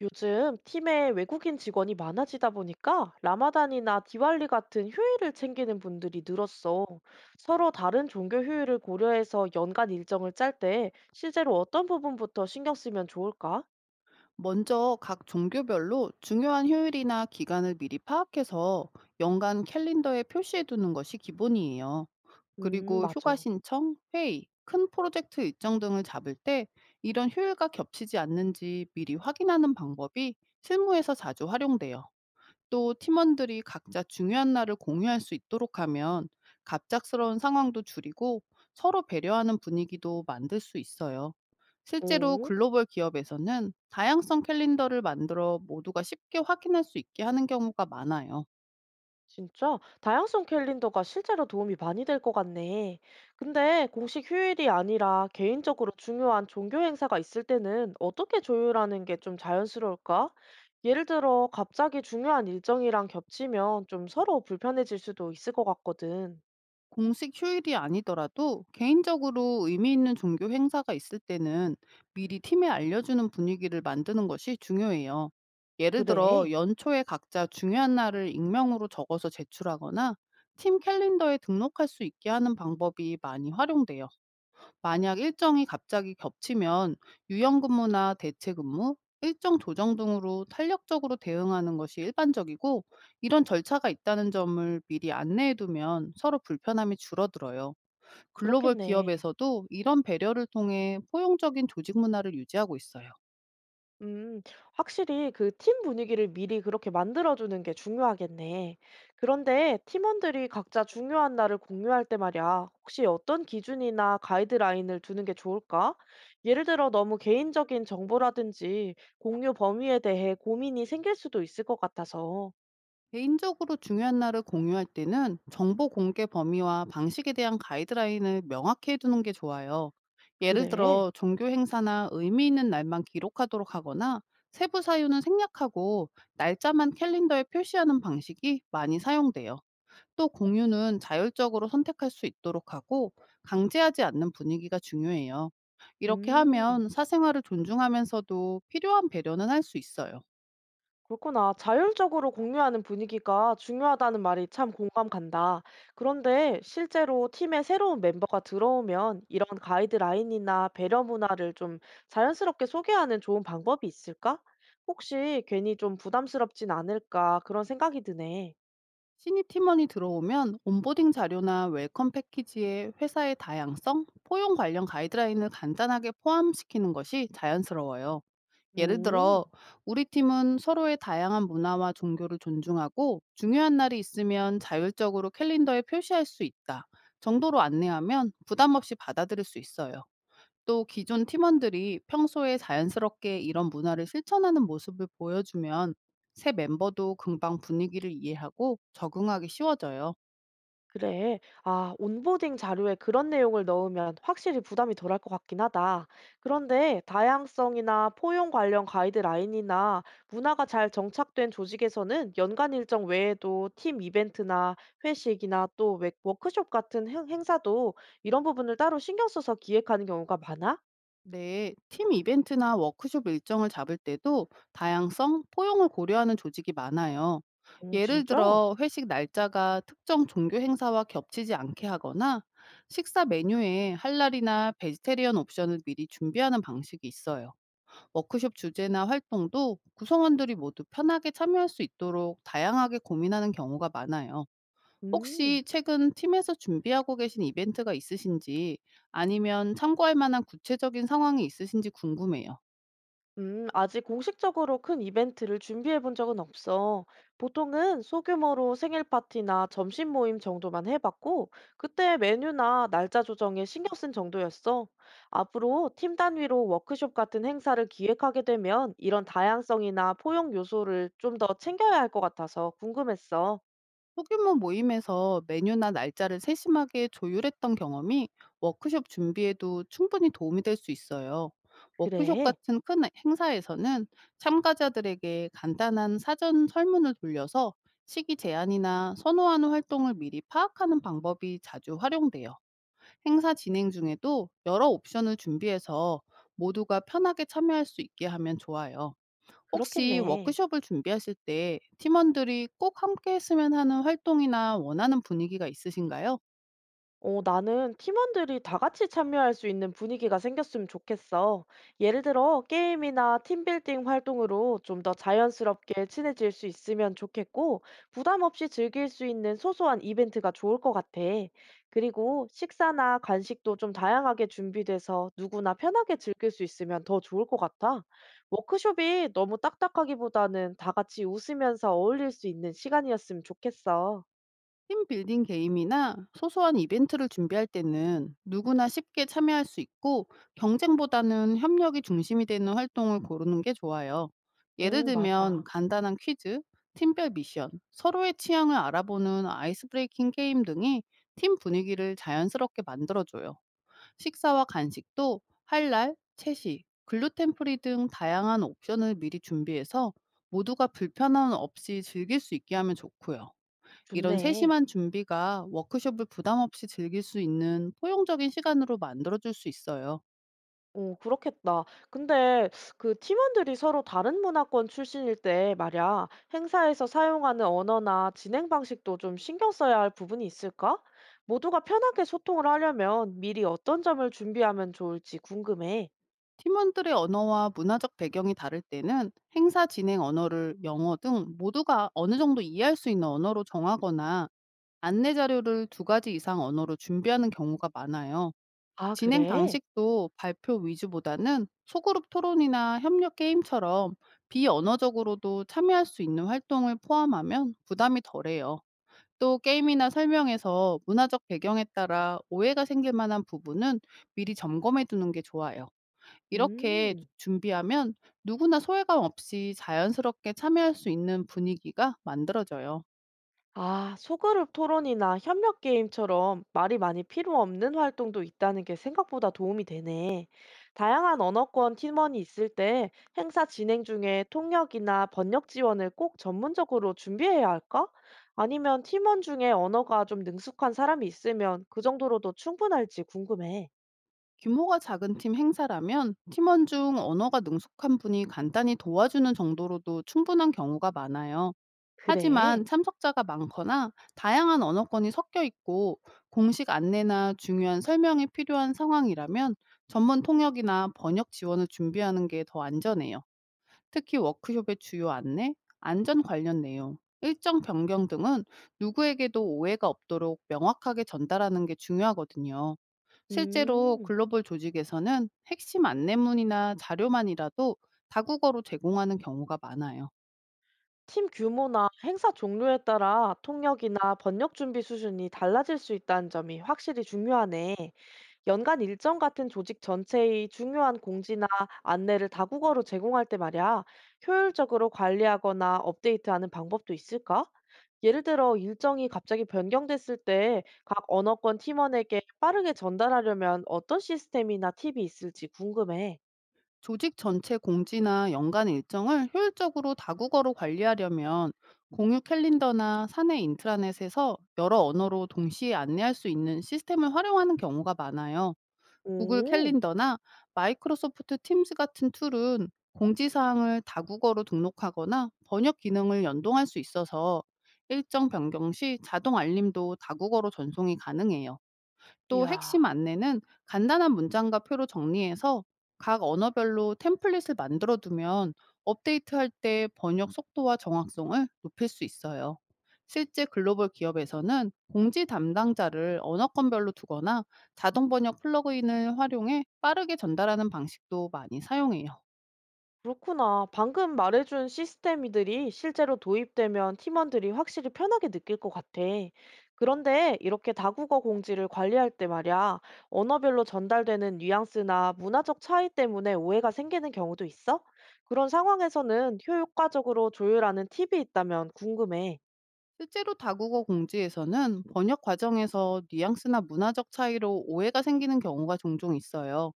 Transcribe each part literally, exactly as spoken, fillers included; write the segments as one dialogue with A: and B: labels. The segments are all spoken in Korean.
A: 요즘 팀에 외국인 직원이 많아지다 보니까 라마단이나 디왈리 같은 휴일을 챙기는 분들이 늘었어. 서로 다른 종교 휴일을 고려해서 연간 일정을 짤 때 실제로 어떤 부분부터 신경 쓰면 좋을까?
B: 먼저 각 종교별로 중요한 휴일이나 기간을 미리 파악해서 연간 캘린더에 표시해 두는 것이 기본이에요.
A: 음,
B: 그리고 휴가
A: 맞아.
B: 신청, 회의, 큰 프로젝트 일정 등을 잡을 때 이런 휴일과 겹치지 않는지 미리 확인하는 방법이 실무에서 자주 활용돼요. 또 팀원들이 각자 중요한 날을 공유할 수 있도록 하면 갑작스러운 상황도 줄이고 서로 배려하는 분위기도 만들 수 있어요. 실제로
A: 오.
B: 글로벌 기업에서는 다양성 캘린더를 만들어 모두가 쉽게 확인할 수 있게 하는 경우가 많아요.
A: 진짜? 다양성 캘린더가 실제로 도움이 많이 될 것 같네. 근데 공식 휴일이 아니라 개인적으로 중요한 종교 행사가 있을 때는 어떻게 조율하는 게 좀 자연스러울까? 예를 들어, 갑자기 중요한 일정이랑 겹치면 좀 서로 불편해질 수도 있을 것 같거든.
B: 공식 휴일이 아니더라도 개인적으로 의미 있는 종교 행사가 있을 때는 미리 팀에 알려주는 분위기를 만드는 것이 중요해요. 예를 들어
A: 그래,
B: 연초에 각자 중요한 날을 익명으로 적어서 제출하거나 팀 캘린더에 등록할 수 있게 하는 방법이 많이 활용돼요. 만약 일정이 갑자기 겹치면 유연근무나 대체근무, 일정 조정 등으로 탄력적으로 대응하는 것이 일반적이고, 이런 절차가 있다는 점을 미리 안내해두면 서로 불편함이 줄어들어요. 글로벌
A: 그렇겠네.
B: 기업에서도 이런 배려를 통해 포용적인 조직 문화를 유지하고 있어요.
A: 음. 확실히 그 팀 분위기를 미리 그렇게 만들어 주는 게 중요하겠네. 그런데 팀원들이 각자 중요한 날을 공유할 때 말이야. 혹시 어떤 기준이나 가이드라인을 두는 게 좋을까? 예를 들어 너무 개인적인 정보라든지 공유 범위에 대해 고민이 생길 수도 있을 것 같아서.
B: 개인적으로 중요한 날을 공유할 때는 정보 공개 범위와 방식에 대한 가이드라인을 명확히 해두는 게 좋아요. 예를
A: 그래?
B: 들어 종교 행사나 의미 있는 날만 기록하도록 하거나, 세부 사유는 생략하고 날짜만 캘린더에 표시하는 방식이 많이 사용돼요. 또 공유는 자율적으로 선택할 수 있도록 하고 강제하지 않는 분위기가 중요해요. 이렇게
A: 음.
B: 하면 사생활을 존중하면서도 필요한 배려는 할 수 있어요.
A: 그렇구나. 자율적으로 공유하는 분위기가 중요하다는 말이 참 공감 간다. 그런데 실제로 팀에 새로운 멤버가 들어오면 이런 가이드라인이나 배려 문화를 좀 자연스럽게 소개하는 좋은 방법이 있을까? 혹시 괜히 좀 부담스럽진 않을까 그런 생각이 드네.
B: 신입 팀원이 들어오면 온보딩 자료나 웰컴 패키지에 회사의 다양성, 포용 관련 가이드라인을 간단하게 포함시키는 것이 자연스러워요. 예를
A: 오.
B: 들어, "우리 팀은 서로의 다양한 문화와 종교를 존중하고, 중요한 날이 있으면 자율적으로 캘린더에 표시할 수 있다." 정도로 안내하면 부담 없이 받아들일 수 있어요. 또 기존 팀원들이 평소에 자연스럽게 이런 문화를 실천하는 모습을 보여주면 새 멤버도 금방 분위기를 이해하고 적응하기 쉬워져요.
A: 그래. 아, 온보딩 자료에 그런 내용을 넣으면 확실히 부담이 덜할 것 같긴 하다. 그런데 다양성이나 포용 관련 가이드라인이나 문화가 잘 정착된 조직에서는 연간 일정 외에도 팀 이벤트나 회식이나 또 웨- 워크숍 같은 행- 행사도 이런 부분을 따로 신경 써서 기획하는 경우가 많아?
B: 네, 팀 이벤트나 워크숍 일정을 잡을 때도 다양성, 포용을 고려하는 조직이 많아요.
A: 어,
B: 예를
A: 진짜?
B: 들어 회식 날짜가 특정 종교 행사와 겹치지 않게 하거나, 식사 메뉴에 할랄이나 베지테리언 옵션을 미리 준비하는 방식이 있어요. 워크숍 주제나 활동도 구성원들이 모두 편하게 참여할 수 있도록 다양하게 고민하는 경우가 많아요.
A: 음.
B: 혹시 최근 팀에서 준비하고 계신 이벤트가 있으신지, 아니면 참고할 만한 구체적인 상황이 있으신지 궁금해요.
A: 음, 아직 공식적으로 큰 이벤트를 준비해 본 적은 없어. 보통은 소규모로 생일 파티나 점심 모임 정도만 해봤고, 그때 메뉴나 날짜 조정에 신경 쓴 정도였어. 앞으로 팀 단위로 워크숍 같은 행사를 기획하게 되면 이런 다양성이나 포용 요소를 좀 더 챙겨야 할 것 같아서 궁금했어.
B: 소규모 모임에서 메뉴나 날짜를 세심하게 조율했던 경험이 워크숍 준비에도 충분히 도움이 될 수 있어요. 워크숍
A: 그래,
B: 같은 큰 행사에서는 참가자들에게 간단한 사전 설문을 돌려서 시기 제한이나 선호하는 활동을 미리 파악하는 방법이 자주 활용돼요. 행사 진행 중에도 여러 옵션을 준비해서 모두가 편하게 참여할 수 있게 하면 좋아요. 혹시
A: 그렇겠네.
B: 워크숍을 준비하실 때 팀원들이 꼭 함께 했으면 하는 활동이나 원하는 분위기가 있으신가요?
A: 어, 나는 팀원들이 다 같이 참여할 수 있는 분위기가 생겼으면 좋겠어. 예를 들어, 게임이나 팀빌딩 활동으로 좀 더 자연스럽게 친해질 수 있으면 좋겠고, 부담 없이 즐길 수 있는 소소한 이벤트가 좋을 것 같아. 그리고 식사나 간식도 좀 다양하게 준비돼서 누구나 편하게 즐길 수 있으면 더 좋을 것 같아. 워크숍이 너무 딱딱하기보다는 다 같이 웃으면서 어울릴 수 있는 시간이었으면 좋겠어.
B: 팀 빌딩 게임이나 소소한 이벤트를 준비할 때는 누구나 쉽게 참여할 수 있고 경쟁보다는 협력이 중심이 되는 활동을 고르는 게 좋아요. 예를
A: 어,
B: 들면
A: 맞아.
B: 간단한 퀴즈, 팀별 미션, 서로의 취향을 알아보는 아이스 브레이킹 게임 등이 팀 분위기를 자연스럽게 만들어줘요. 식사와 간식도 할랄, 채식, 글루텐 프리 등 다양한 옵션을 미리 준비해서 모두가 불편함 없이 즐길 수 있게 하면 좋고요. 이런
A: 좋네.
B: 세심한 준비가 워크숍을 부담 없이 즐길 수 있는 포용적인 시간으로 만들어줄 수 있어요.
A: 오 그렇겠다. 근데 그 팀원들이 서로 다른 문화권 출신일 때 말야, 행사에서 사용하는 언어나 진행 방식도 좀 신경 써야 할 부분이 있을까? 모두가 편하게 소통을 하려면 미리 어떤 점을 준비하면 좋을지 궁금해.
B: 팀원들의 언어와 문화적 배경이 다를 때는 행사 진행 언어를 영어 등 모두가 어느 정도 이해할 수 있는 언어로 정하거나, 안내 자료를 두 가지 이상 언어로 준비하는 경우가 많아요.
A: 아,
B: 진행
A: 그래?
B: 방식도 발표 위주보다는 소그룹 토론이나 협력 게임처럼 비언어적으로도 참여할 수 있는 활동을 포함하면 부담이 덜해요. 또 게임이나 설명에서 문화적 배경에 따라 오해가 생길 만한 부분은 미리 점검해 두는 게 좋아요. 이렇게
A: 음.
B: 준비하면 누구나 소외감 없이 자연스럽게 참여할 수 있는 분위기가 만들어져요.
A: 아, 소그룹 토론이나 협력 게임처럼 말이 많이 필요 없는 활동도 있다는 게 생각보다 도움이 되네. 다양한 언어권 팀원이 있을 때 행사 진행 중에 통역이나 번역 지원을 꼭 전문적으로 준비해야 할까? 아니면 팀원 중에 언어가 좀 능숙한 사람이 있으면 그 정도로도 충분할지 궁금해.
B: 규모가 작은 팀 행사라면 팀원 중 언어가 능숙한 분이 간단히 도와주는 정도로도 충분한 경우가 많아요.
A: 그래.
B: 하지만 참석자가 많거나 다양한 언어권이 섞여 있고 공식 안내나 중요한 설명이 필요한 상황이라면 전문 통역이나 번역 지원을 준비하는 게 더 안전해요. 특히 워크숍의 주요 안내, 안전 관련 내용, 일정 변경 등은 누구에게도 오해가 없도록 명확하게 전달하는 게 중요하거든요. 실제로
A: 음.
B: 글로벌 조직에서는 핵심 안내문이나 자료만이라도 다국어로 제공하는 경우가 많아요.
A: 팀 규모나 행사 종류에 따라 통역이나 번역 준비 수준이 달라질 수 있다는 점이 확실히 중요하네. 연간 일정 같은 조직 전체의 중요한 공지나 안내를 다국어로 제공할 때 말이야, 효율적으로 관리하거나 업데이트하는 방법도 있을까? 예를 들어 일정이 갑자기 변경됐을 때 각 언어권 팀원에게 빠르게 전달하려면 어떤 시스템이나 팁이 있을지 궁금해.
B: 조직 전체 공지나 연간 일정을 효율적으로 다국어로 관리하려면 공유 캘린더나 사내 인트라넷에서 여러 언어로 동시에 안내할 수 있는 시스템을 활용하는 경우가 많아요. 구글
A: 오,
B: 캘린더나 마이크로소프트 팀스 같은 툴은 공지사항을 다국어로 등록하거나 번역 기능을 연동할 수 있어서 일정 변경 시 자동 알림도 다국어로 전송이 가능해요. 또
A: 이야.
B: 핵심 안내는 간단한 문장과 표로 정리해서 각 언어별로 템플릿을 만들어 두면 업데이트할 때 번역 속도와 정확성을 높일 수 있어요. 실제 글로벌 기업에서는 공지 담당자를 언어권별로 두거나 자동 번역 플러그인을 활용해 빠르게 전달하는 방식도 많이 사용해요.
A: 그렇구나. 방금 말해준 시스템이들이 실제로 도입되면 팀원들이 확실히 편하게 느낄 것 같아. 그런데 이렇게 다국어 공지를 관리할 때 말이야, 언어별로 전달되는 뉘앙스나 문화적 차이 때문에 오해가 생기는 경우도 있어? 그런 상황에서는 효과적으로 조율하는 팁이 있다면 궁금해.
B: 실제로 다국어 공지에서는 번역 과정에서 뉘앙스나 문화적 차이로 오해가 생기는 경우가 종종 있어요.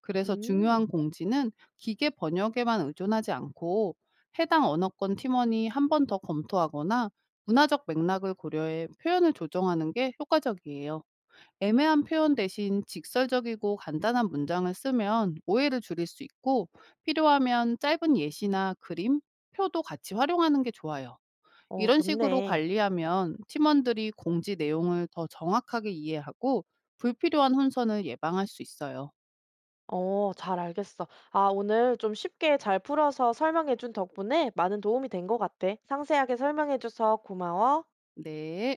B: 그래서 중요한
A: 음,
B: 공지는 기계 번역에만 의존하지 않고 해당 언어권 팀원이 한 번 더 검토하거나 문화적 맥락을 고려해 표현을 조정하는 게 효과적이에요. 애매한 표현 대신 직설적이고 간단한 문장을 쓰면 오해를 줄일 수 있고, 필요하면 짧은 예시나 그림, 표도 같이 활용하는 게 좋아요.
A: 어,
B: 이런 식으로
A: 좋네.
B: 관리하면 팀원들이 공지 내용을 더 정확하게 이해하고 불필요한 혼선을 예방할 수 있어요.
A: 어, 잘 알겠어. 아, 오늘 좀 쉽게 잘 풀어서 설명해준 덕분에 많은 도움이 된 것 같아. 상세하게 설명해줘서 고마워.
B: 네.